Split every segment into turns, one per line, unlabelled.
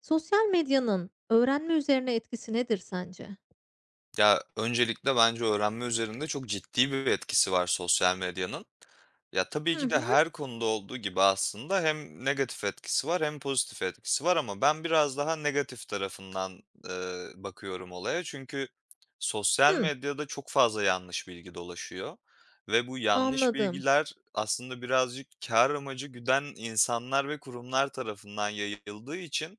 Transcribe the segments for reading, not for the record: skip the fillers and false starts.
Sosyal medyanın öğrenme üzerine etkisi nedir sence?
Ya, öncelikle bence öğrenme üzerinde çok ciddi bir etkisi var sosyal medyanın. Ya, tabii
Hı
ki de
hı.
her konuda olduğu gibi aslında hem negatif etkisi var hem pozitif etkisi var ama ben biraz daha negatif tarafından, bakıyorum olaya. Çünkü sosyal
Hımm,
medyada çok fazla yanlış bilgi dolaşıyor ve bu yanlış
anladım.
bilgiler aslında birazcık kar amacı güden insanlar ve kurumlar tarafından yayıldığı için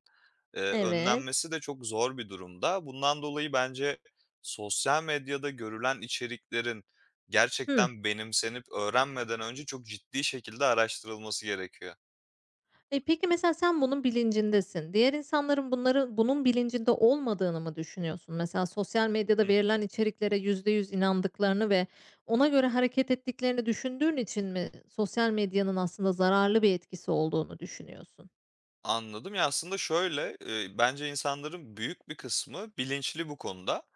Evet.
önlenmesi de çok zor bir durumda. Bundan dolayı bence sosyal medyada görülen içeriklerin
Hımm.
gerçekten benimsenip öğrenmeden önce çok ciddi şekilde araştırılması gerekiyor.
E, peki mesela sen bunun bilincindesin. Diğer insanların bunları bunun bilincinde olmadığını mı düşünüyorsun? Mesela sosyal medyada verilen içeriklere %100 inandıklarını ve ona göre hareket ettiklerini düşündüğün için mi sosyal medyanın aslında zararlı bir etkisi olduğunu düşünüyorsun?
Anladım. Ya, aslında şöyle, bence insanların büyük bir kısmı bilinçli bu konuda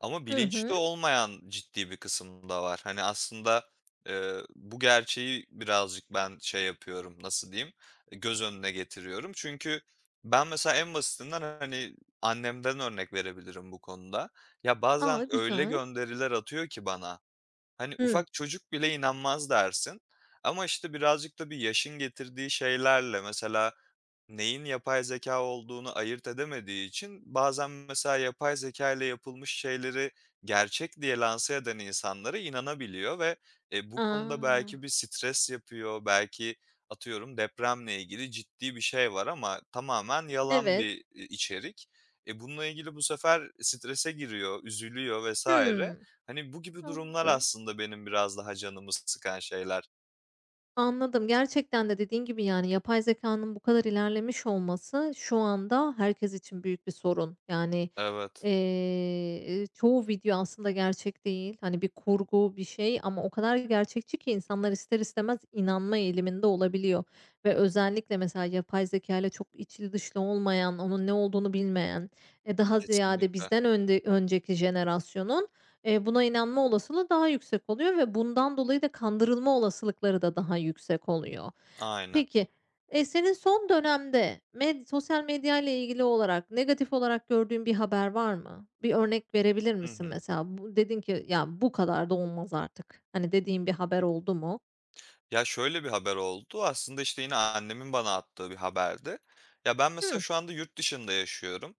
ama
Hı
bilinçli
hı.
olmayan ciddi bir kısım da var. Hani, aslında, bu gerçeği birazcık ben şey yapıyorum, nasıl diyeyim, göz önüne getiriyorum. Çünkü ben mesela en basitinden, hani, annemden örnek verebilirim bu konuda. Ya, bazen
A,
öyle
güzel.
gönderiler atıyor ki bana. Hani,
Hımm.
ufak çocuk bile inanmaz dersin ama, işte, birazcık da bir yaşın getirdiği şeylerle mesela neyin yapay zeka olduğunu ayırt edemediği için bazen mesela yapay zeka ile yapılmış şeyleri gerçek diye lanse eden insanlara inanabiliyor ve, bu konuda belki
A!
bir stres yapıyor, belki atıyorum depremle ilgili ciddi bir şey var ama tamamen yalan
Evet.
bir, içerik. E, bununla ilgili bu sefer strese giriyor, üzülüyor vesaire.
Hımm.
Hani, bu gibi durumlar
Anladım.
aslında benim biraz daha canımı sıkan şeyler.
Anladım. Gerçekten de dediğin gibi, yani, yapay zekanın bu kadar ilerlemiş olması şu anda herkes için büyük bir sorun. Yani,
Evet.
çoğu video aslında gerçek değil. Hani, bir kurgu, bir şey ama o kadar gerçekçi ki insanlar ister istemez inanma eğiliminde olabiliyor ve özellikle mesela yapay zeka ile çok içli dışlı olmayan, onun ne olduğunu bilmeyen, daha ziyade
Kesinlikle.
bizden önceki jenerasyonun buna inanma olasılığı daha yüksek oluyor ve bundan dolayı da kandırılma olasılıkları da daha yüksek oluyor.
Aynen.
Peki, senin son dönemde sosyal medyayla ilgili olarak negatif olarak gördüğün bir haber var mı? Bir örnek verebilir
Hı
misin
hı.
mesela? Bu dedin ki, "Ya, bu kadar da olmaz artık." hani, dediğin bir haber oldu mu?
Ya, şöyle bir haber oldu. Aslında, işte, yine annemin bana attığı bir haberdi. Ya, ben mesela
Hıı,
şu anda yurt dışında yaşıyorum.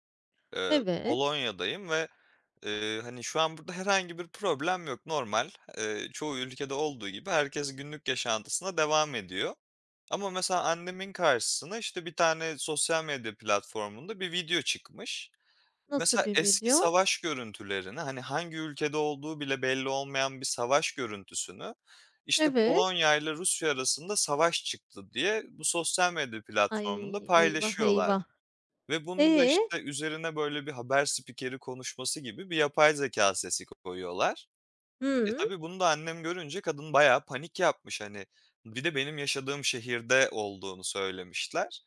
Eee,
evet.
Polonya'dayım ve, hani, şu an burada herhangi bir problem yok. Normal, çoğu ülkede olduğu gibi herkes günlük yaşantısına devam ediyor. Ama mesela annemin karşısına, işte, bir tane sosyal medya platformunda bir video çıkmış.
Nasıl
Mesela
bir
eski
video?
savaş görüntülerini, hani, hangi ülkede olduğu bile belli olmayan bir savaş görüntüsünü, işte,
Evet.
Polonya ile Rusya arasında savaş çıktı diye bu sosyal medya platformunda
Ay, eyvah,
paylaşıyorlar
eyvah.
ve
E?
bunun da, işte, üzerine böyle bir haber spikeri konuşması gibi bir yapay zeka sesi koyuyorlar. E,
Hıı.
tabii bunu da annem görünce kadın bayağı panik yapmış, hani. Bir de benim yaşadığım şehirde olduğunu söylemişler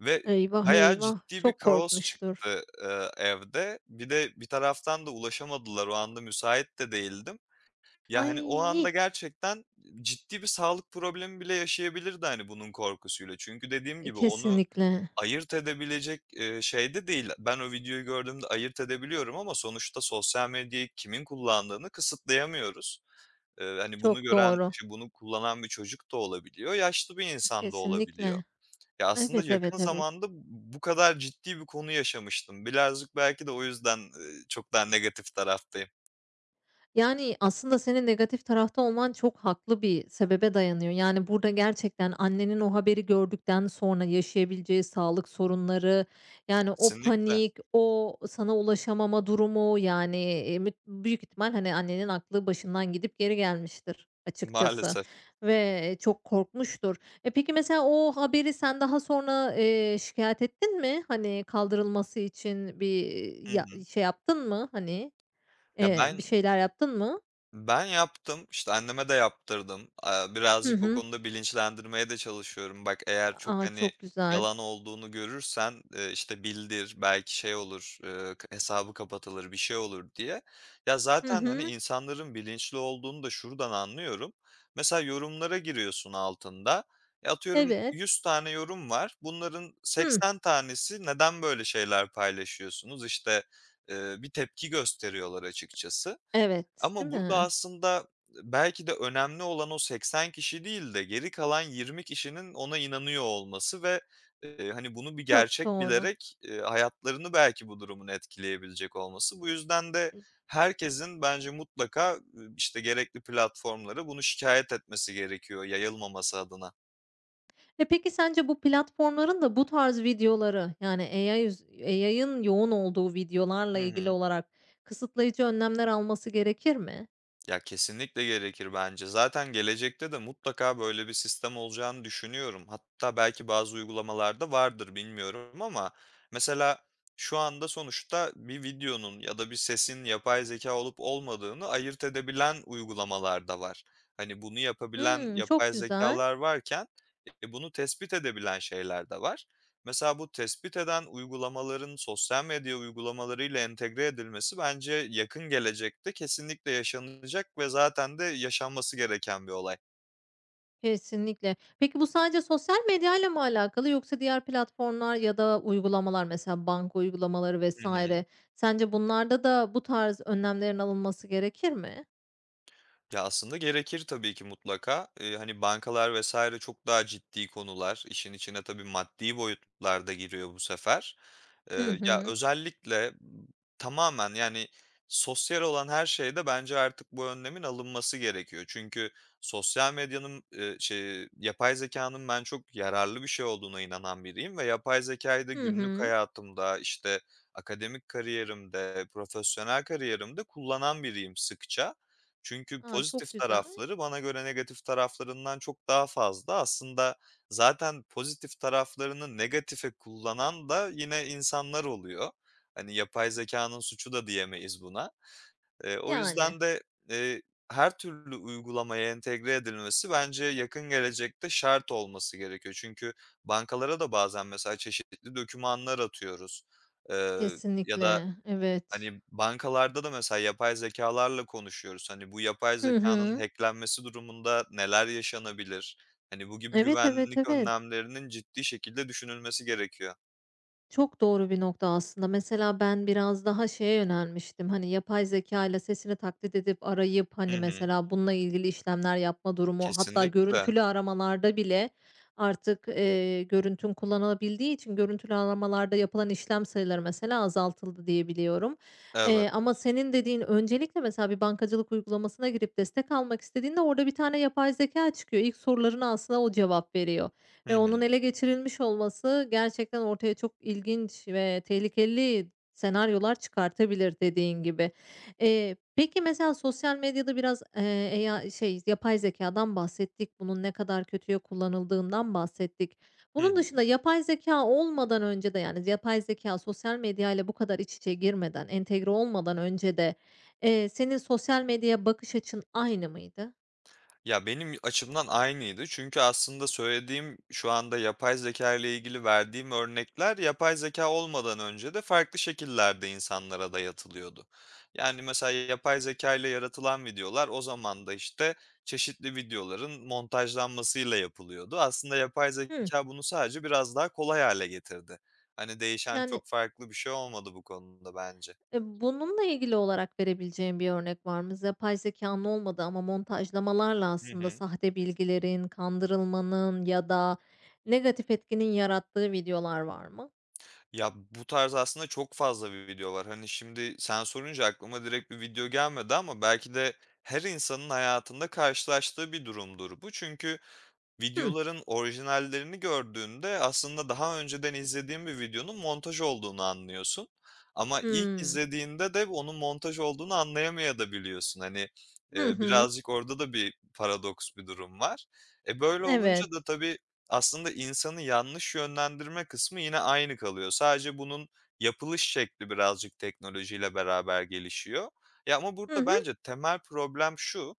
ve
Eyvah,
bayağı
eyvah.
ciddi bir
Çok
kaos
korkmuştur.
çıktı, evde. Bir de bir taraftan da ulaşamadılar, o anda müsait de değildim. Ya, hani, o anda
Ay!
gerçekten ciddi bir sağlık problemi bile yaşayabilirdi, hani, bunun korkusuyla. Çünkü dediğim
E,
gibi onu
kesinlikle.
ayırt edebilecek, şeyde değil. Ben o videoyu gördüğümde ayırt edebiliyorum ama sonuçta sosyal medyayı kimin kullandığını kısıtlayamıyoruz. Hani, bunu
Çok
gören,
doğru.
işte, bunu kullanan bir çocuk da olabiliyor, yaşlı bir insan da olabiliyor.
Kesinlikle.
Ya, aslında
Evet,
yakın
evet, evet.
zamanda bu kadar ciddi bir konu yaşamıştım. Birazcık belki de o yüzden, çok daha negatif taraftayım.
Yani, aslında senin negatif tarafta olman çok haklı bir sebebe dayanıyor. Yani, burada gerçekten annenin o haberi gördükten sonra yaşayabileceği sağlık sorunları, yani, o
Kesinlikle,
panik, o sana ulaşamama durumu, yani, büyük ihtimal, hani, annenin aklı başından gidip geri gelmiştir açıkçası
maalesef.
ve çok korkmuştur. E, peki, mesela o haberi sen daha sonra, şikâyet ettin mi? Hani, kaldırılması için
Hı
ya
hı.
şey yaptın mı, hani,
Ya,
bir
ben
şeyler yaptın mı?
Ben yaptım, işte, anneme de yaptırdım.
Hı
Birazcık o
hı.
konuda bilinçlendirmeye de çalışıyorum. Bak eğer çok,
A,
hani,
çok güzel.
yalan olduğunu görürsen, işte, bildir, belki şey olur, k hesabı kapatılır, bir şey olur diye. Ya,
Hı
zaten, hani,
hı.
insanların bilinçli olduğunu da şuradan anlıyorum. Mesela yorumlara giriyorsun altında. Ya, atıyorum
Evet.
100 tane yorum var. Bunların
Hı,
80 tanesi "Neden böyle şeyler paylaşıyorsunuz?" İşte, bir tepki gösteriyorlar açıkçası.
evet,
Ama
değil
burada
mi?
aslında belki de önemli olan o 80 kişi değil de geri kalan 20 kişinin ona inanıyor olması ve, hani, bunu bir
Çok
gerçek
doğru.
bilerek, hayatlarını belki bu durumun etkileyebilecek olması. Bu yüzden de herkesin bence mutlaka, işte, gerekli platformlara bunu şikayet etmesi gerekiyor yayılmaması adına.
E, peki sence bu platformların da bu tarz videoları, yani, AI AI'ın yoğun olduğu videolarla
Hı
ilgili
hı.
olarak kısıtlayıcı önlemler alması gerekir mi?
Ya, kesinlikle gerekir bence. Zaten gelecekte de mutlaka böyle bir sistem olacağını düşünüyorum. Hatta belki bazı uygulamalarda vardır, bilmiyorum ama mesela şu anda sonuçta bir videonun ya da bir sesin yapay zeka olup olmadığını ayırt edebilen uygulamalar da var. Hani, bunu yapabilen
Hımm,
yapay
çok güzel.
zekalar varken, bunu tespit edebilen şeyler de var. Mesela bu tespit eden uygulamaların sosyal medya uygulamalarıyla entegre edilmesi bence yakın gelecekte kesinlikle yaşanacak ve zaten de yaşanması gereken bir olay.
Kesinlikle. Peki bu sadece sosyal medyayla mı alakalı yoksa diğer platformlar ya da uygulamalar mesela banka uygulamaları
Hı hı.
vesaire, sence bunlarda da bu tarz önlemlerin alınması gerekir mi?
Ya, aslında gerekir tabii ki mutlaka. Hani, bankalar vesaire çok daha ciddi konular. İşin içine tabii maddi boyutlar da giriyor bu sefer.
Hı
Ya,
hı.
özellikle tamamen, yani, sosyal olan her şeyde bence artık bu önlemin alınması gerekiyor. Çünkü yapay zekanın ben çok yararlı bir şey olduğuna inanan biriyim ve yapay zekayı da
Hı
günlük
hı.
hayatımda, işte, akademik kariyerimde, profesyonel kariyerimde kullanan biriyim sıkça. Çünkü
A, çok
pozitif
güzel.
tarafları bana göre negatif taraflarından çok daha fazla. Aslında zaten pozitif taraflarını negatife kullanan da yine insanlar oluyor. Hani, yapay zeka'nın suçu da diyemeyiz buna. O
Yani,
yüzden de, eee, her türlü uygulamaya entegre edilmesi bence yakın gelecekte şart olması gerekiyor. Çünkü bankalara da bazen mesela çeşitli dokümanlar atıyoruz, ya da
kesinlikle, evet.
hani, bankalarda da mesela yapay zekalarla konuşuyoruz. Hani, bu yapay
Hı
zeka'nın
hı.
hack'lenmesi durumunda neler yaşanabilir? Hani, bu gibi
Evet, evet,
güvenlik
evet.
önlemlerinin ciddi şekilde düşünülmesi gerekiyor.
Çok doğru bir nokta aslında. Mesela ben biraz daha şeye yönelmiştim. Hani yapay zeka ile sesini taklit edip arayıp,
Hı
hani,
hı.
mesela bununla ilgili işlemler yapma durumu, hatta
Kesinlikle.
görüntülü aramalarda bile artık, görüntün kullanılabildiği için görüntülü aramalarda yapılan işlem sayıları mesela azaltıldı diye biliyorum.
Evet.
Ama senin dediğin öncelikle mesela bir bankacılık uygulamasına girip destek almak istediğinde orada bir tane yapay zeka çıkıyor. İlk sorularına aslında o cevap veriyor.
Hı
Ve
hı.
onun ele geçirilmiş olması gerçekten ortaya çok ilginç ve tehlikeli senaryolar çıkartabilir dediğin gibi. Peki, mesela sosyal medyada biraz, AI yapay zeka'dan bahsettik. Bunun ne kadar kötüye kullanıldığından bahsettik.
Hı
Bunun
hı.
dışında yapay zeka olmadan önce de, yani, yapay zeka sosyal medya ile bu kadar iç içe girmeden, entegre olmadan önce de, senin sosyal medyaya bakış açın aynı mıydı?
Ya, benim açımdan aynıydı çünkü aslında söylediğim, şu anda yapay zeka ile ilgili verdiğim örnekler, yapay zeka olmadan önce de farklı şekillerde insanlara dayatılıyordu. Yani, mesela yapay zeka ile yaratılan videolar o zaman da, işte, çeşitli videoların montajlanmasıyla yapılıyordu. Aslında yapay
Hımm.
zeka bunu sadece biraz daha kolay hale getirdi. Hani, değişen
Yani,
çok farklı bir şey olmadı bu konuda bence.
Bununla ilgili olarak verebileceğim bir örnek var mı? Yapay zekânın olmadığı ama montajlamalarla
Hı
aslında
hı.
sahte bilgilerin, kandırılmanın ya da negatif etkinin yarattığı videolar var mı?
Ya, bu tarz aslında çok fazla bir video var. Hani, şimdi sen sorunca aklıma direkt bir video gelmedi ama belki de her insanın hayatında karşılaştığı bir durumdur bu. Çünkü
Hı
videoların orijinallerini gördüğünde aslında daha önceden izlediğin bir videonun montaj olduğunu anlıyorsun. Ama ilk
hı.
izlediğinde de onun montaj olduğunu anlayamayabiliyorsun. Hani,
Hı hı.
birazcık orada da bir paradoks bir durum var. Böyle
Evet.
olunca da tabii aslında insanı yanlış yönlendirme kısmı yine aynı kalıyor. Sadece bunun yapılış şekli birazcık teknolojiyle beraber gelişiyor. Ya, ama
Hı
burada
hı.
bence temel problem şu: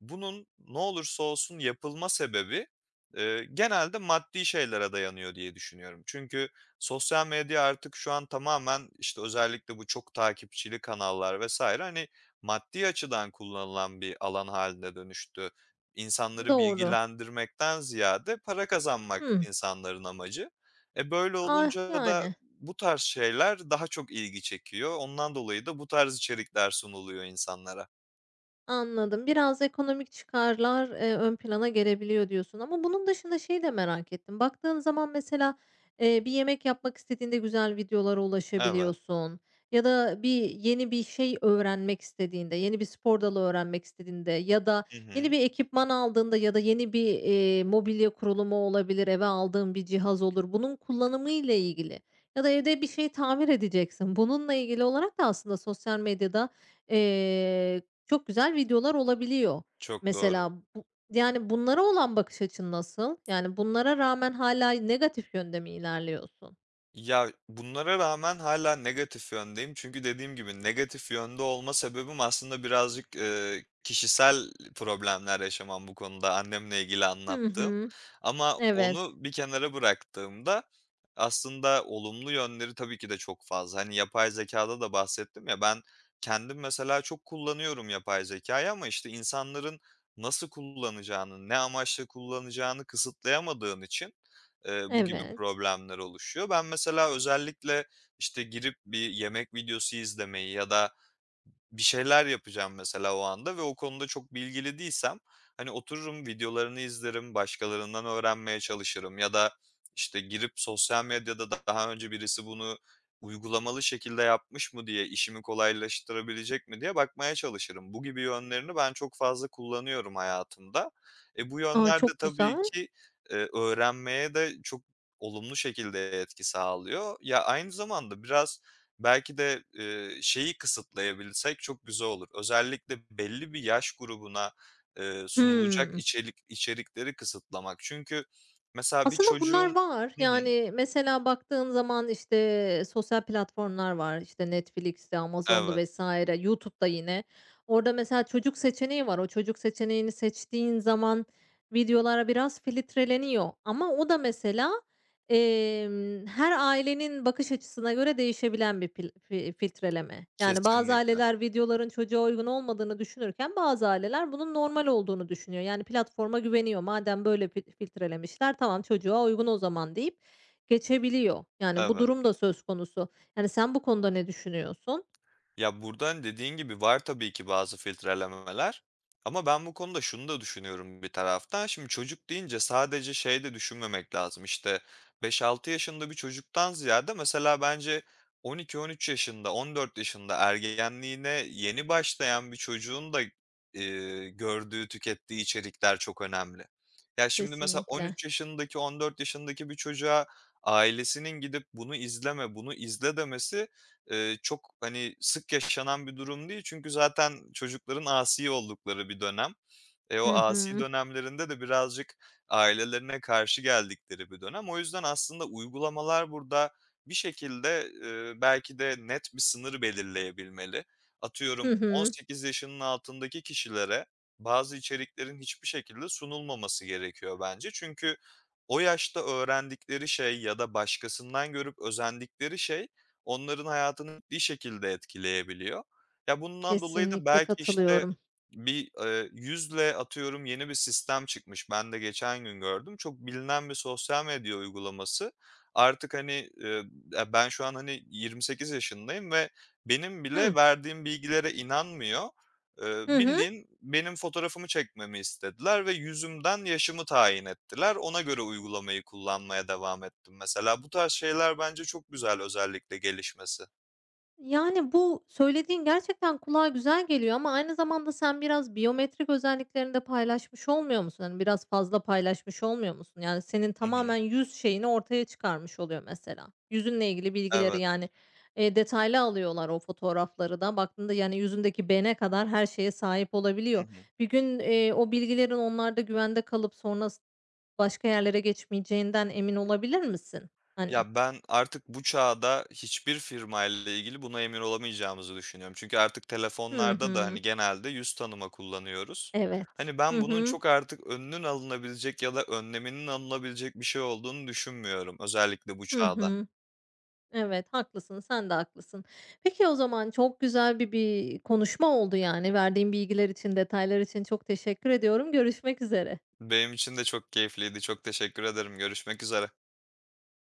bunun ne olursa olsun yapılma sebebi genelde maddi şeylere dayanıyor diye düşünüyorum. Çünkü sosyal medya artık şu an tamamen, işte, özellikle bu çok takipçili kanallar vesaire hani, maddi açıdan kullanılan bir alan haline dönüştü. İnsanları
Doğru.
bilgilendirmekten ziyade para kazanmak
Hı.
insanların amacı. Böyle
Ah,
olunca da
yani.
bu tarz şeyler daha çok ilgi çekiyor. Ondan dolayı da bu tarz içerikler sunuluyor insanlara.
Anladım. Biraz ekonomik çıkarlar, ön plana gelebiliyor diyorsun ama bunun dışında şey de merak ettim. Baktığın zaman mesela, bir yemek yapmak istediğinde güzel videolara
Evet.
ulaşabiliyorsun ya da bir yeni bir şey öğrenmek istediğinde, yeni bir spor dalı öğrenmek istediğinde ya da
Hı
yeni
hı.
bir ekipman aldığında ya da yeni bir, mobilya kurulumu olabilir, eve aldığın bir cihaz olur. Bunun kullanımı ile ilgili ya da evde bir şey tamir edeceksin. Bununla ilgili olarak da aslında sosyal medyada, eee çok güzel videolar olabiliyor.
Çok doğru.
Mesela bu, yani, bunlara olan bakış açın nasıl? Yani bunlara rağmen hâlâ negatif yönde mi ilerliyorsun?
Ya, bunlara rağmen hala negatif yöndeyim. Çünkü dediğim gibi negatif yönde olma sebebim aslında birazcık, kişisel problemler yaşamam bu konuda annemle ilgili
Hı
anlattığım.
hı.
Ama
Evet,
onu bir kenara bıraktığımda aslında olumlu yönleri tabii ki de çok fazla. Hani, yapay zekada da bahsettim ya, ben kendim mesela çok kullanıyorum yapay zekayı ama, işte, insanların nasıl kullanacağını, ne amaçla kullanacağını kısıtlayamadığın için bu gibi
evet.
problemler oluşuyor. Ben mesela özellikle, işte, girip bir yemek videosu izlemeyi ya da, bir şeyler yapacağım mesela o anda ve o konuda çok bilgili değilsem, hani, otururum videolarını izlerim, başkalarından öğrenmeye çalışırım ya da, işte, girip sosyal medyada da daha önce birisi bunu uygulamalı şekilde yapmış mı diye, işimi kolaylaştırabilecek mi diye bakmaya çalışırım. Bu gibi yönlerini ben çok fazla kullanıyorum hayatımda. Bu
A,
yönler de
çok
tabii
güzel.
ki, öğrenmeye de çok olumlu şekilde etki sağlıyor. Ya, aynı zamanda biraz belki de, şeyi kısıtlayabilsek çok güzel olur. Özellikle belli bir yaş grubuna, sunulacak
Hımm.
içerikleri kısıtlamak. Çünkü mesela bir
Aslında bunlar
çocuğun...
var.
Hı hı.
Yani mesela baktığın zaman, işte, sosyal platformlar var. İşte, Netflix'ti, Amazon'du
Evet,
vs. YouTube'da yine. Orada mesela çocuk seçeneği var. O çocuk seçeneğini seçtiğin zaman videolar biraz filtreleniyor ama o da mesela her ailenin bakış açısına göre değişebilen bir pil fi filtreleme. Yani, bazı
kesinlikle.
aileler videoların çocuğa uygun olmadığını düşünürken bazı aileler bunun normal olduğunu düşünüyor. Yani, platforma güveniyor. "Madem böyle filtrelemişler, tamam çocuğa uygun o zaman." deyip geçebiliyor. Yani, bu
Evet.
durum da söz konusu. Yani, sen bu konuda ne düşünüyorsun?
Ya, buradan dediğin gibi var tabii ki bazı filtrelemeler ama ben bu konuda şunu da düşünüyorum bir taraftan. Şimdi çocuk deyince sadece şey de düşünmemek lazım, İşte 5-6 yaşında bir çocuktan ziyade mesela bence 12-13 yaşında, 14 yaşında ergenliğine yeni başlayan bir çocuğun da, gördüğü, tükettiği içerikler çok önemli. Ya, şimdi mesela on
Kesinlikle.
üç yaşındaki, 14 yaşındaki bir çocuğa ailesinin gidip "Bunu izleme, bunu izle." demesi çok, hani, sık yaşanan bir durum değil çünkü zaten çocukların asi oldukları bir dönem. O
Hı
asi
hı.
dönemlerinde de birazcık ailelerine karşı geldikleri bir dönem. O yüzden aslında uygulamalar burada bir şekilde, belki de net bir sınır belirleyebilmeli.
Hı
Atıyorum
hı.
18 yaşının altındaki kişilere bazı içeriklerin hiçbir şekilde sunulmaması gerekiyor bence. Çünkü o yaşta öğrendikleri şey ya da başkasından görüp özendikleri şey onların hayatını bir şekilde etkileyebiliyor. Ya, bundan dolayı da
Kesinlikle
belki, işte,
katılıyorum.
bir, yüzle atıyorum yeni bir sistem çıkmış. Ben de geçen gün gördüm. Çok bilinen bir sosyal medya uygulaması. Artık, hani, ya, ben şu an, hani, 28 yaşındayım ve benim bile
Hıh.
verdiğim bilgilere inanmıyor.
Hı hı.
Bildiğin benim fotoğrafımı çekmemi istediler ve yüzümden yaşımı tayin ettiler. Ona göre uygulamayı kullanmaya devam ettim mesela. Bu tarz şeyler bence çok güzel özellikle gelişmesi.
Yani, bu söylediğin gerçekten kulağa güzel geliyor ama aynı zamanda sen biraz biyometrik özelliklerini de paylaşmış olmuyor musun? Hani, biraz fazla paylaşmış olmuyor musun? Yani, senin
Hı hı.
tamamen yüz şeyini ortaya çıkarmış oluyor mesela. Yüzünle ilgili bilgileri,
Evet.
yani, detaylı alıyorlar o fotoğrafları da. Baktığında, yani, yüzündeki bene kadar her şeye sahip
Hı
olabiliyor.
hı.
Bir gün, o bilgilerin onlarda güvende kalıp sonra başka yerlere geçmeyeceğinden emin olabilir misin? Hani,
Ya, ben artık bu çağda hiçbir firma ile ilgili buna emin olamayacağımızı düşünüyorum. Çünkü artık
"Hı
telefonlarda da,
hı,
hani, genelde yüz tanıma kullanıyoruz.
evet,
Hani,
hı
ben bunun
hı,
çok artık önünün alınabilecek ya da önleminin alınabilecek bir şey olduğunu düşünmüyorum özellikle bu
hı
çağda.
hı." Evet, haklısın, sen de haklısın. Peki, o zaman çok güzel bir konuşma oldu, yani. Verdiğin bilgiler için, detaylar için çok teşekkür ediyorum. Görüşmek üzere.
Benim için de çok keyifliydi. Çok teşekkür ederim. Görüşmek üzere.